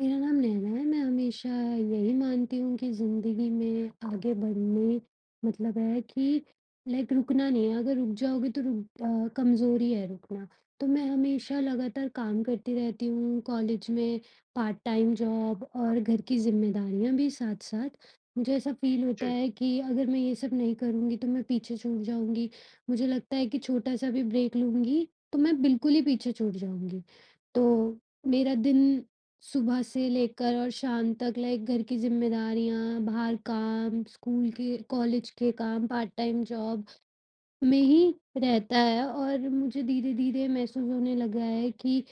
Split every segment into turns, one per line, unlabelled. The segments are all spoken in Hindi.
मेरा नाम नैना है, मैं हमेशा यही मानती हूँ कि ज़िंदगी में आगे बढ़ने मतलब है कि लाइक रुकना नहीं है, अगर रुक जाओगे तो कमज़ोरी है रुकना। तो मैं हमेशा लगातार काम करती रहती हूँ, कॉलेज में पार्ट टाइम जॉब और घर की ज़िम्मेदारियाँ भी साथ-साथ। मुझे ऐसा फ़ील होता
जी।
है कि अगर मैं ये सब नहीं करूँगी तो मैं पीछे छूट जाऊँगी। मुझे लगता है कि छोटा-सा भी ब्रेक लूँगी, तो मैं बिल्कुल ही पीछे छूट जाऊँगी। तो मेरा दिन सुबह से लेकर और शाम तक लाइक घर की ज़िम्मेदारियाँ, बाहर काम, स्कूल के कॉलेज के काम, पार्ट टाइम जॉब में ही रहता है और मुझे धीरे-धीरे महसूस होने लगा है कि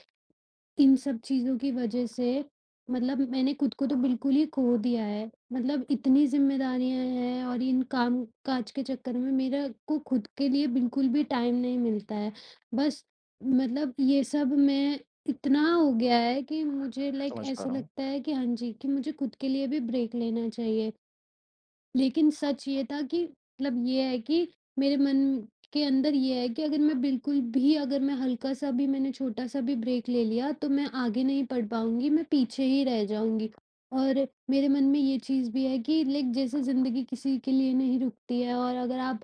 इन सब चीज़ों की वजह से मतलब मैंने खुद को तो बिल्कुल ही खो दिया है। मतलब इतनी ज़िम्मेदारियाँ हैं और इन काम-काज के चक्कर में मेरे को खुद के लिए बिल्कुल भी टाइम नहीं मिलता है। बस मतलब ये सब मैं इतना हो गया है कि मुझे लाइक
समझ पा
ऐसा
रहा हूँ।
लगता है कि हाँ जी, कि मुझे खुद के लिए भी ब्रेक लेना चाहिए। लेकिन सच ये था कि मतलब ये है कि मेरे मन के अंदर ये है कि अगर मैं बिल्कुल भी अगर मैं हल्का-सा भी मैंने छोटा-सा भी ब्रेक ले लिया, तो मैं आगे नहीं पढ़ पाऊँगी, मैं पीछे ही रह जाऊँगी। और मेरे मन में ये चीज़ भी है कि लाइक जैसे ज़िंदगी किसी के लिए नहीं रुकती है और अगर आप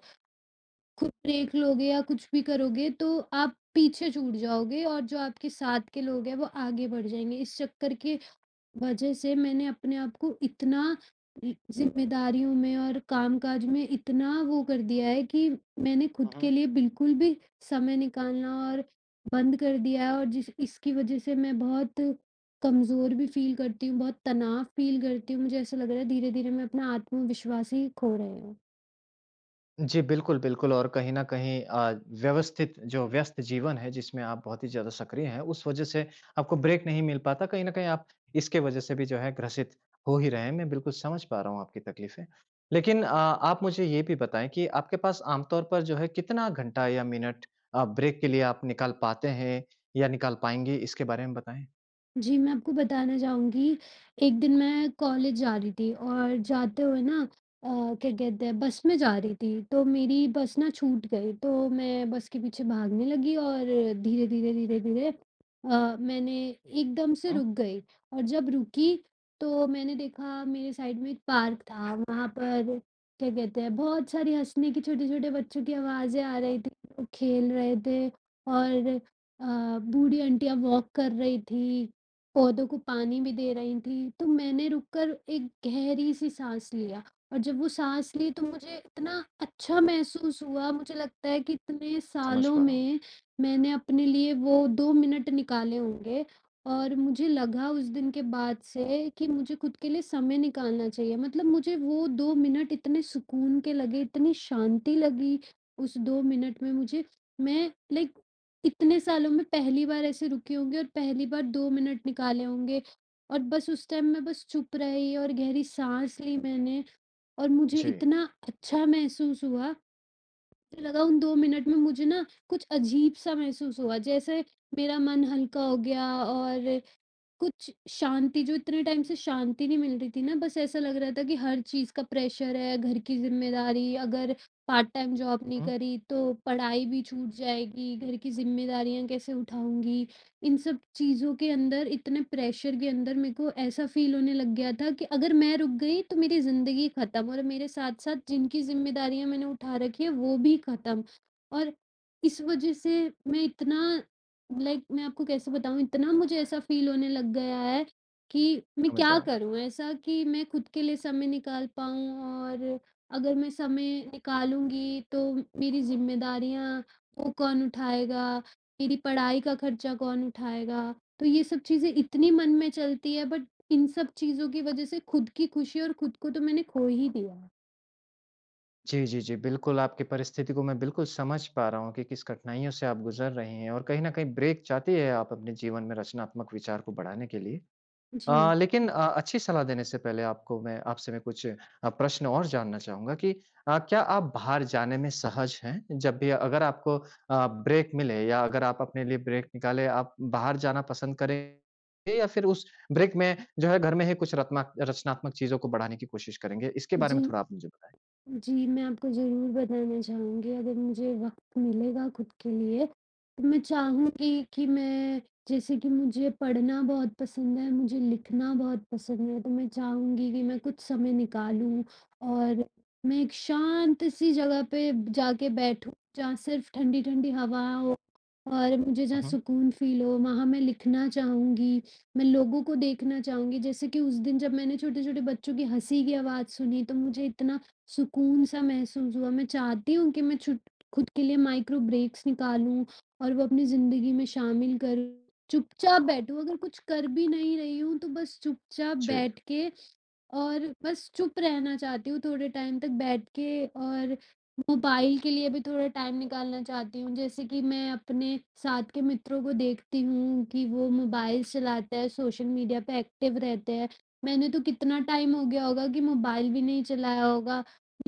खुद ब्रेक लोगे या कुछ भी करोगे, तो आप पीछे छूट जाओगे और जो आपके साथ के लोग हैं, वो आगे बढ़ जाएँगे। इस चक्कर के वजह से मैंने अपने आप को इतना इ ज़िम्मेदारियों में और कामकाज में इतना वो कर दिया है कि मैंने खुद
हुँ,
के
हुँ।
लिए बिल्कुल भी समय निकालना और बंद कर दिया है और जिस इसकी वजह से मैं बहुत कमज़ोर भी फ़ील करती हूँ, बहुत तनाव फ़ील करती हूँ। मुझे ऐसा लग रहा है धीरे-धीरे मैं अपना आत्मविश्वास ही खो रही हूँ।
जी, बिल्कुल, बिल्कुल और कहीं न कहीं व्यवस्थित जो व्यस्त जीवन है जिसमें आप बहुत ही ज़्यादा सक्रिय हैं, उस वज़ह से आपको ब्रेक नहीं मिल पाता। कहीं न कहीं आप इसके वज़ह से भी जो है ग्रसित हो ही रहे हैं। मैं बिल्कुल समझ पा रहा हूँ आपकी तकलीफ़ें। लेकिन आप मुझे ये भी बताएँ कि आपके पास आमतौर पर जो है कितना घंटा या मिनट ब्रेक के लिए आप निकाल पाते हैं या निकाल पाएँगे? इसके बारे में बताएँ।
जी, मैं आपको बताना चाहूँगी, एक दिन मैं कॉलेज जा रही थी और जाते हुए ना अ, क्या कहते हैं बस में जा रही थी, तो मेरी बस ना छूट गई, तो मैं बस के पीछे भागने लगी और धीरे-धीरे, धीरे-धीरे मैंने एकदम से
हुँ,
रुक गई और जब रुकी, तो मैंने देखा मेरे साइड में एक पार्क था, वहाँ पर क्या कहते हैं बहुत सारी हँसने की छोटे-छोटे बच्चों की आवाज़ें आ रही थी, वो खेल रहे थे और बूढ़ी आंटियाँ वॉक कर रही थी। पौधों को पानी भी दे रही थी, तो मैंने रुककर एक गहरी-सी साँस लिया और जब वो साँस ली तो मुझे इतना अच्छा महसूस हुआ, मुझे लगता है कि इतने
समझ
सालों
पा रहा हूँ।
में मैंने अपने लिए वो 2 मिनट निकाले होंगे और मुझे लगा उस दिन के बाद से कि मुझे खुद के लिए समय निकालना चाहिए। मतलब मुझे वो 2 मिनट इतने सुकून के लगे, इतनी शांति लगी उस 2 मिनट में मुझे। मैं लाइक इतने सालों में पहली बार ऐसे रुके होंगे और पहली बार 2 मिनट निकाले होंगे और बस उस टाइम मैं बस चुप रही और गहरी साँस ली मैंने और मुझे
जी,
इतना अच्छा महसूस हुआ, मुझे लगा उन 2 मिनट में मुझे ना कुछ अजीब-सा महसूस हुआ, जैसे मेरा मन हल्का हो गया और कुछ शांति जो इतने टाइम से शांति नहीं मिल रही थी ना, बस ऐसा लग रहा था कि हर चीज़ का प्रेशर है, घर की ज़िम्मेदारी, अगर पार्ट टाइम जॉब
हुँ,
नहीं
हुँ।
करी तो पढ़ाई भी छूट जाएगी, घर की ज़िम्मेदारियाँ कैसे उठाऊँगी? इन सब चीज़ों के अंदर, इतने प्रेशर के अंदर मेरे को ऐसा फ़ील होने लग गया था कि अगर मैं रुक गई तो मेरी ज़िंदगी ख़त्म और मेरे साथ-साथ जिनकी ज़िम्मेदारियाँ मैंने उठा रखी है वो भी ख़त्म। और इस वज़ह से मैं इतना लाइक मैं आपको कैसे बताऊँ इतना मुझे ऐसा फ़ील होने लग गया है कि मैं
समझ
क्या
रहा हूँ।
करूँ ऐसा कि मैं खुद के लिए समय निकाल पाऊँ और अगर मैं समय निकालूँगी तो मेरी ज़िम्मेदारियाँ वो कौन उठाएगा? मेरी पढ़ाई का खर्चा कौन उठाएगा? तो ये सब चीज़ें इतनी मन में चलती है बट इन सब चीज़ों की वज़ह से खुद की खुशी और खुद को तो मैंने खो ही दिया।
जी, जी, जी। बिल्कुल, आपकी परिस्थिति को मैं बिल्कुल समझ पा रहा हूँ कि किस कठिनाइयों से आप गुज़र रहे हैं और कहीं न कहीं ब्रेक चाहती है आप अपने जीवन में रचनात्मक विचार को बढ़ाने के लिए।
जी,
लेकिन अच्छी सलाह देने से पहले आपको मैं आपसे मैं कुछ प्रश्न और जानना चाहूँगा कि क्या आप बाहर जाने में सहज हैं? जब भी अगर आपको ब्रेक मिले या अगर आप अपने लिए ब्रेक निकालें, आप बाहर जाना पसंद करेंगे या फिर उस ब्रेक में जो है घर में ही कुछ रत्मा रचनात्मक चीज़ों को बढ़ाने की कोशिश करेंगे? इसके बारे
जी।
में थोड़ा आप मुझे बताएँ।
जी, मैं आपको ज़रूर बताना चाहूँगी अगर मुझे वक़्त मिलेगा खुद के लिए, तो मैं चाहूँगी कि मैं जैसे कि मुझे पढ़ना बहुत पसंद है, मुझे लिखना बहुत पसंद है, तो मैं चाहूँगी कि मैं कुछ समय निकालूँ और मैं एक शांत-सी जगह पे जाके बैठूँ, जहाँ सिर्फ़ ठंडी-ठंडी हवा हो और मुझे
हुँ,
जहाँ
हुँ।
सुकून फ़ील हो, वहाँ मैं लिखना चाहूँगी। मैं लोगों को देखना चाहूँगी, जैसे कि उस दिन जब मैंने छोटे-छोटे बच्चों की हँसी की आवाज़ सुनी, तो मुझे इतना सुकून सा महसूस हुआ। मैं चाहती हूँ कि मैं छुट खुद के लिए माइक्रो ब्रेक्स निकालूँ और वो अपनी ज़िंदगी में शामिल करूँ। चुपचाप बैठूँ, अगर कुछ कर भी नहीं रही हूँ, तो बस चुपचाप
जी।
बैठ के और बस चुप रहना चाहती हूँ थोड़े टाइम तक बैठ के और मोबाइल के लिए भी थोड़ा टाइम निकालना चाहती हूँ। जैसे कि मैं अपने साथ के मित्रों को देखती हूँ कि वो मोबाइल चलाते हैं, सोशल मीडिया पे एक्टिव रहते हैं। मैंने तो कितना टाइम हो गया होगा कि मोबाइल भी नहीं चलाया होगा,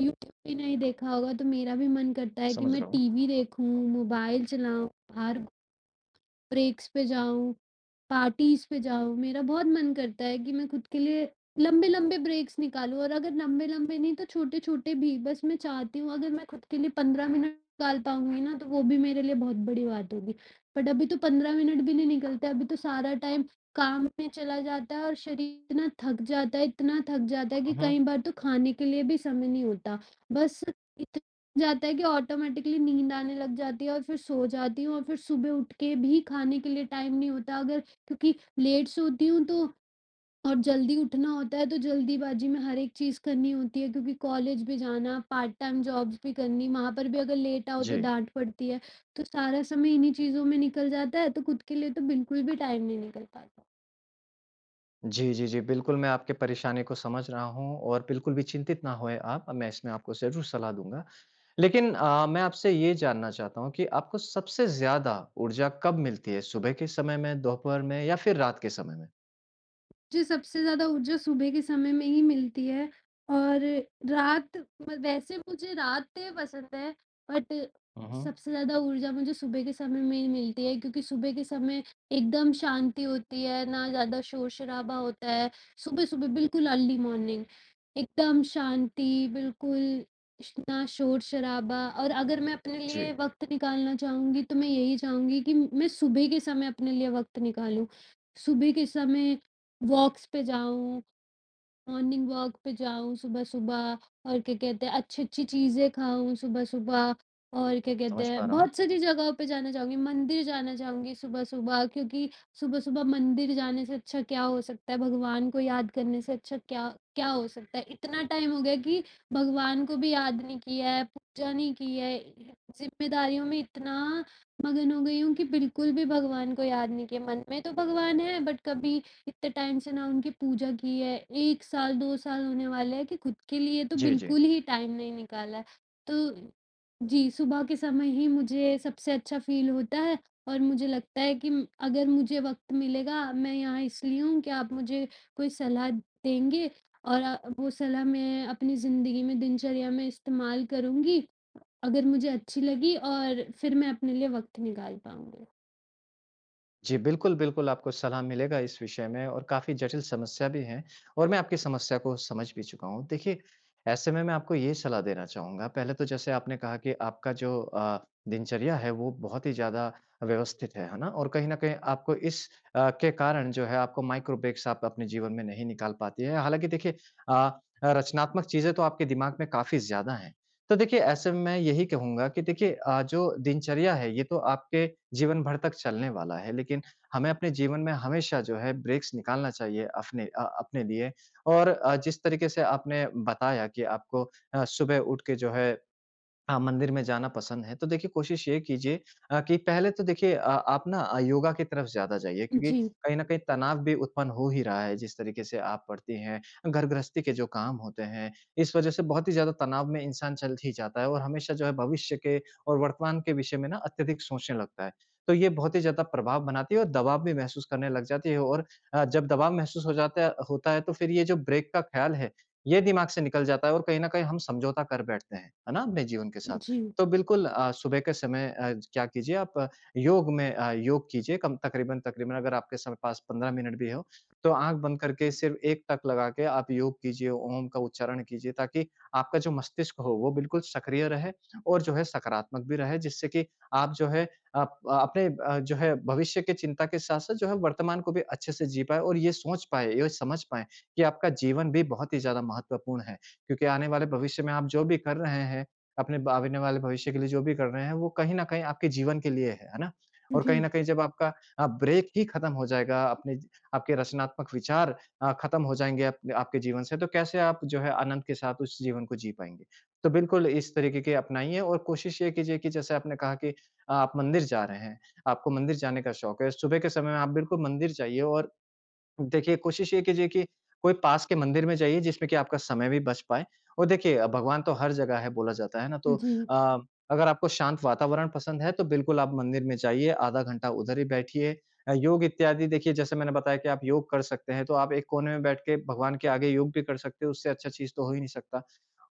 यूट्यूब भी नहीं देखा होगा, तो मेरा भी मन करता है कि
समझ
मैं
रहा हूँ।
टीवी देखूँ, मोबाइल चलाऊँ, बाहर ब्रेक्स पे जाऊँ। पार्टीज़ पे जाओ, मेरा बहुत मन करता है कि मैं खुद के लिए लंबे-लंबे ब्रेक्स निकालूँ और अगर लंबे-लंबे नहीं तो छोटे-छोटे भी, बस मैं चाहती हूँ अगर मैं खुद के लिए 15 मिनट निकाल पाऊँगी ना, तो वो भी मेरे लिए बहुत बड़ी बात होगी। बट अभी तो 15 मिनट भी नहीं निकलते, अभी तो सारा टाइम काम में चला जाता है और शरीर इतना थक जाता है, इतना थक जाता है कि
उहुँ।
कई बार तो खाने के लिए भी समय नहीं होता। बस इतना हो जाता है कि ऑटोमैटिकली नींद आने लग जाती है और फिर सो जाती हूँ और फिर सुबह उठ के भी खाने के लिए टाइम नहीं होता। अगर क्योंकि लेट सोती हूँ तो और जल्दी उठना होता है, तो जल्दीबाज़ी में हर एक चीज़ करनी होती है क्योंकि कॉलेज भी जाना, पार्ट टाइम जॉब्स भी करनी, वहाँ पर भी अगर लेट आओ तो
जी।
डाँट पड़ती है। तो सारा समय इन्हीं चीज़ों में निकल जाता है, तो खुद के लिए तो बिल्कुल भी टाइम नहीं निकल पाता।
जी, जी, जी, बिल्कुल मैं आपकी परेशानी को समझ रहा हूँ और बिल्कुल भी चिंतित ना होएँ आप, मैं इसमें आपको ज़रूर सलाह दूँगा। लेकिन मैं आपसे ये जानना चाहता हूँ कि आपको सबसे ज़्यादा ऊर्जा कब मिलती है? सुबह के समय में, दोपहर में या फिर रात के समय में?
मुझे सबसे ज़्यादा ऊर्जा सुबह के समय में ही मिलती है और रात म वैसे मुझे रातें पसंद है, बट
उहुँ।
सबसे ज़्यादा ऊर्जा मुझे सुबह के समय में ही मिलती है क्योंकि सुबह के समय एकदम शांति होती है, ना ज़्यादा शोर-शराबा होता है। सुबह-सुबह बिल्कुल अर्ली मॉर्निंग, एकदम शांति, बिल्कुल श ना शोर-शराबा और अगर मैं अपने
जी,
लिए वक़्त निकालना चाहूँगी, तो मैं यही चाहूँगी कि मैं सुबह के समय अपने लिए वक़्त निकालूँ। सुबह के समय वॉक्स पे जाऊँ, मॉर्निंग वॉक पे जाऊँ सुबह-सुबह और क्या कहते हैं अच्छी-अच्छी चीज़ें खाऊँ सुबह-सुबह और क्या कहते
समझ पा
हैं
रहा हूँ।
बहुत सारी जगहों पे जाना चाहूँगी, मंदिर जाना चाहूँगी सुबह-सुबह क्योंकि सुबह-सुबह मंदिर जाने से अच्छा क्या हो सकता है? भगवान को याद करने से अच्छा क्या क्या हो सकता है? इतना टाइम हो गया कि भगवान को भी याद नहीं किया है, पूजा नहीं की है। ज़िम्मेदारियों में इतना मगन हो गई हूँ कि बिल्कुल भी भगवान को याद नहीं किया। मन में तो भगवान है बट कभी इतने टाइम से ना उनकी पूजा की है, 1 साल 2 साल होने वाले हैं कि खुद के लिए तो
जी, जी।
बिल्कुल ही टाइम नहीं निकाला है। तो जी, सुबह के समय ही मुझे सबसे अच्छा फ़ील होता है और मुझे लगता है कि अगर मुझे वक़्त मिलेगा, मैं यहाँ इसलिए हूँ कि आप मुझे कोई सलाह देंगे और वो सलाह मैं अपनी ज़िंदगी में, दिनचर्या में इस्तेमाल करूँगी, अगर मुझे अच्छी लगी और फिर मैं अपने लिए वक़्त निकाल पाऊँगी।
जी, बिल्कुल, बिल्कुल आपको सलाह मिलेगा इस विषय में और काफ़ी जटिल समस्या भी है और मैं आपकी समस्या को समझ भी चुका हूँ। देखिए, ऐसे में मैं आपको ये सलाह देना चाहूँगा, पहले तो जैसे आपने कहा कि आपका जो दिनचर्या है वो बहुत ही ज़्यादा व्यवस्थित है ना? और कहीं न कहीं आपको इस के कारण जो है आपको माइक्रो ब्रेक्स आप अपने जीवन में नहीं निकाल पाती हैं। हालाँकि देखिए अ, रचनात्मक चीज़ें तो आपके दिमाग में काफ़ी ज़्यादा हैं। तो देखिए ऐसे में मैं यही कहूँगा कि देखिए जो दिनचर्या है ये तो आपके जीवन भर तक चलने वाला है लेकिन हमें अपने जीवन में हमेशा जो है ब्रेक्स निकालना चाहिए अपने अपने लिए और जिस तरीके से आपने बताया कि आपको सुबह उठ के जो है हाँ, मंदिर में जाना पसंद है, तो देखिए कोशिश ये कीजिए कि पहले तो देखिए आप ना योगा की तरफ ज़्यादा जाइए क्योंकि
जी,
कहीं न कहीं तनाव भी उत्पन्न हो ही रहा है, जिस तरीके से आप पढ़ती हैं, घर गृहस्थी के जो काम होते हैं, इस वजह से बहुत ही ज़्यादा तनाव में इंसान चल ही जाता है और हमेशा जो है भविष्य के और वर्तमान के विषय में ना अत्यधिक सोचने लगता है। तो ये बहुत ही ज़्यादा प्रभाव बनाती है और दबाव भी महसूस करने लग जाती है और जब दबाव महसूस हो जाता है होता है तो फिर ये जो ब्रेक का ख़्याल है ये दिमाग से निकल जाता है और कहीं न कहीं हम समझौता कर बैठते हैं, है ना? अपने जीवन के साथ।
जी,
तो बिल्कुल सुबह के समय क्या कीजिए आप योग में योग कीजिए कम तकरीबन-तकरीबन अगर आपके समय पास 15 मिनट भी हो, तो आँख बंद करके सिर्फ 1 टक लगा के आप योग कीजिए, ओम का उच्चारण कीजिए ताकि आपका जो मस्तिष्क हो वो बिल्कुल सक्रिय रहे और जो है सकारात्मक भी रहे जिससे कि आप जो है आप अपने जो है भविष्य की चिंता के साथ-साथ जो है वर्तमान को भी अच्छे से जी पाएँ और ये सोच पाएँ, ये समझ पाएँ कि आपका जीवन भी बहुत ही ज़्यादा महत्वपूर्ण है। क्योंकि आने वाले भविष्य में आप जो भी कर रहे हैं, अपने ब आने वाले भविष्य के लिए जो भी कर रहे हैं, वो कहीं न कहीं आपके जीवन के लिए है ना? और
जी,
कहीं न कहीं जब आपका ब्रेक ही खत्म हो जाएगा, अपने ज आपके रचनात्मक विचार खत्म हो जाएँगे आप आपके जीवन से, तो कैसे आप जो है आनंद के साथ उस जीवन को जी पाएँगे? तो बिल्कुल इस तरीके के अपनाइए और कोशिश ये कीजिए कि जैसे आपने कहा कि आप मंदिर जा रहे हैं, आपको मंदिर जाने का शौक है, सुबह के समय में आप बिल्कुल मंदिर जाइए और देखिए, कोशिश ये कीजिए कि कोई पास के मंदिर में जाइए जिसमें कि आपका समय भी बच पाए और देखिए भगवान तो हर जगह है बोला जाता है ना, तो
जी,
अ, अगर आपको शांत वातावरण पसंद है तो बिल्कुल आप मंदिर में जाइए, आधा घंटा उधर ही बैठिए। योग इत्यादि देखिए जैसे मैंने बताया कि आप योग कर सकते हैं, तो आप एक कोने में बैठ के भगवान के आगे योग भी कर सकते हो, उससे अच्छा चीज़ तो हो ही नहीं सकता।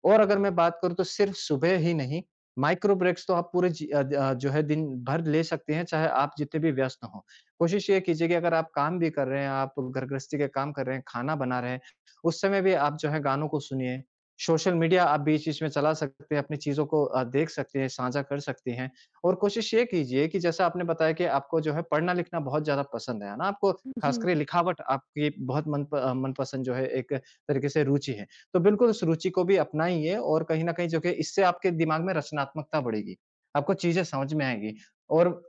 और अगर मैं बात करूँ तो सिर्फ सुबह ही नहीं, माइक्रो ब्रेक्स तो आप पूरे जो है दिन भर ले सकते हैं, चाहे आप जितने भी व्यस्त हों। कोशिश ये कीजिए कि अगर आप काम भी कर रहे हैं, आप घर गृहस्थी के काम कर रहे हैं, खाना बना रहे हैं, उस समय भी आप जो है गानों को सुनिए। सोशल मीडिया आप बीच-बीच में चला सकते हैं, अपनी चीज़ों को देख सकते हैं, साझा कर सकते हैं और कोशिश ये कीजिए कि जैसा आपने बताया कि आपको जो है पढ़ना-लिखना बहुत ज़्यादा पसंद है ना? आपको
जी।
ख़ासकर ये लिखावट आपकी बहुत मनपसंद जो है एक तरीके से रुचि है। तो बिल्कुल उस रुचि को भी अपनाइए और कहीं न कहीं जो कि इससे आपके दिमाग में रचनात्मकता बढ़ेगी। आपको चीज़ें समझ में आएँगी और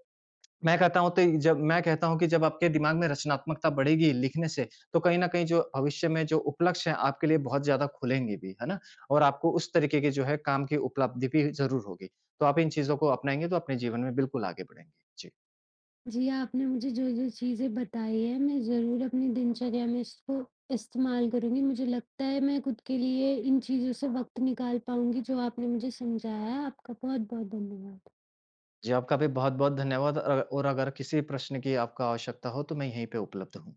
मैं कहता हूँ तो जब मैं कहता हूँ कि जब आपके दिमाग में रचनात्मकता बढ़ेगी लिखने से, तो कहीं न कहीं जो भविष्य में जो उपलक्ष्य हैं आपके लिए बहुत ज़्यादा खुलेंगे भी, है ना? और आपको उस तरीके के जो है काम की उपलब्धि भी ज़रूर होगी। तो आप इन चीज़ों को अपनाएँगे तो अपने जीवन में बिल्कुल आगे बढ़ेंगे। जी।
जी, आपने मुझे जो-जो चीज़ें बताई हैं, मैं ज़रूर अपनी दिनचर्या में इसको इस्तेमाल करूँगी। मुझे लगता है मैं खुद के लिए इन चीज़ों से वक़्त निकाल पाऊँगी जो आपने मुझे समझाया है। आपका बहुत-बहुत धन्यवाद।
जी, आपका भी बहुत-बहुत धन्यवाद और अगर किसी प्रश्न की आपको आवश्यकता हो तो मैं यहीं पे उपलब्ध हूँ।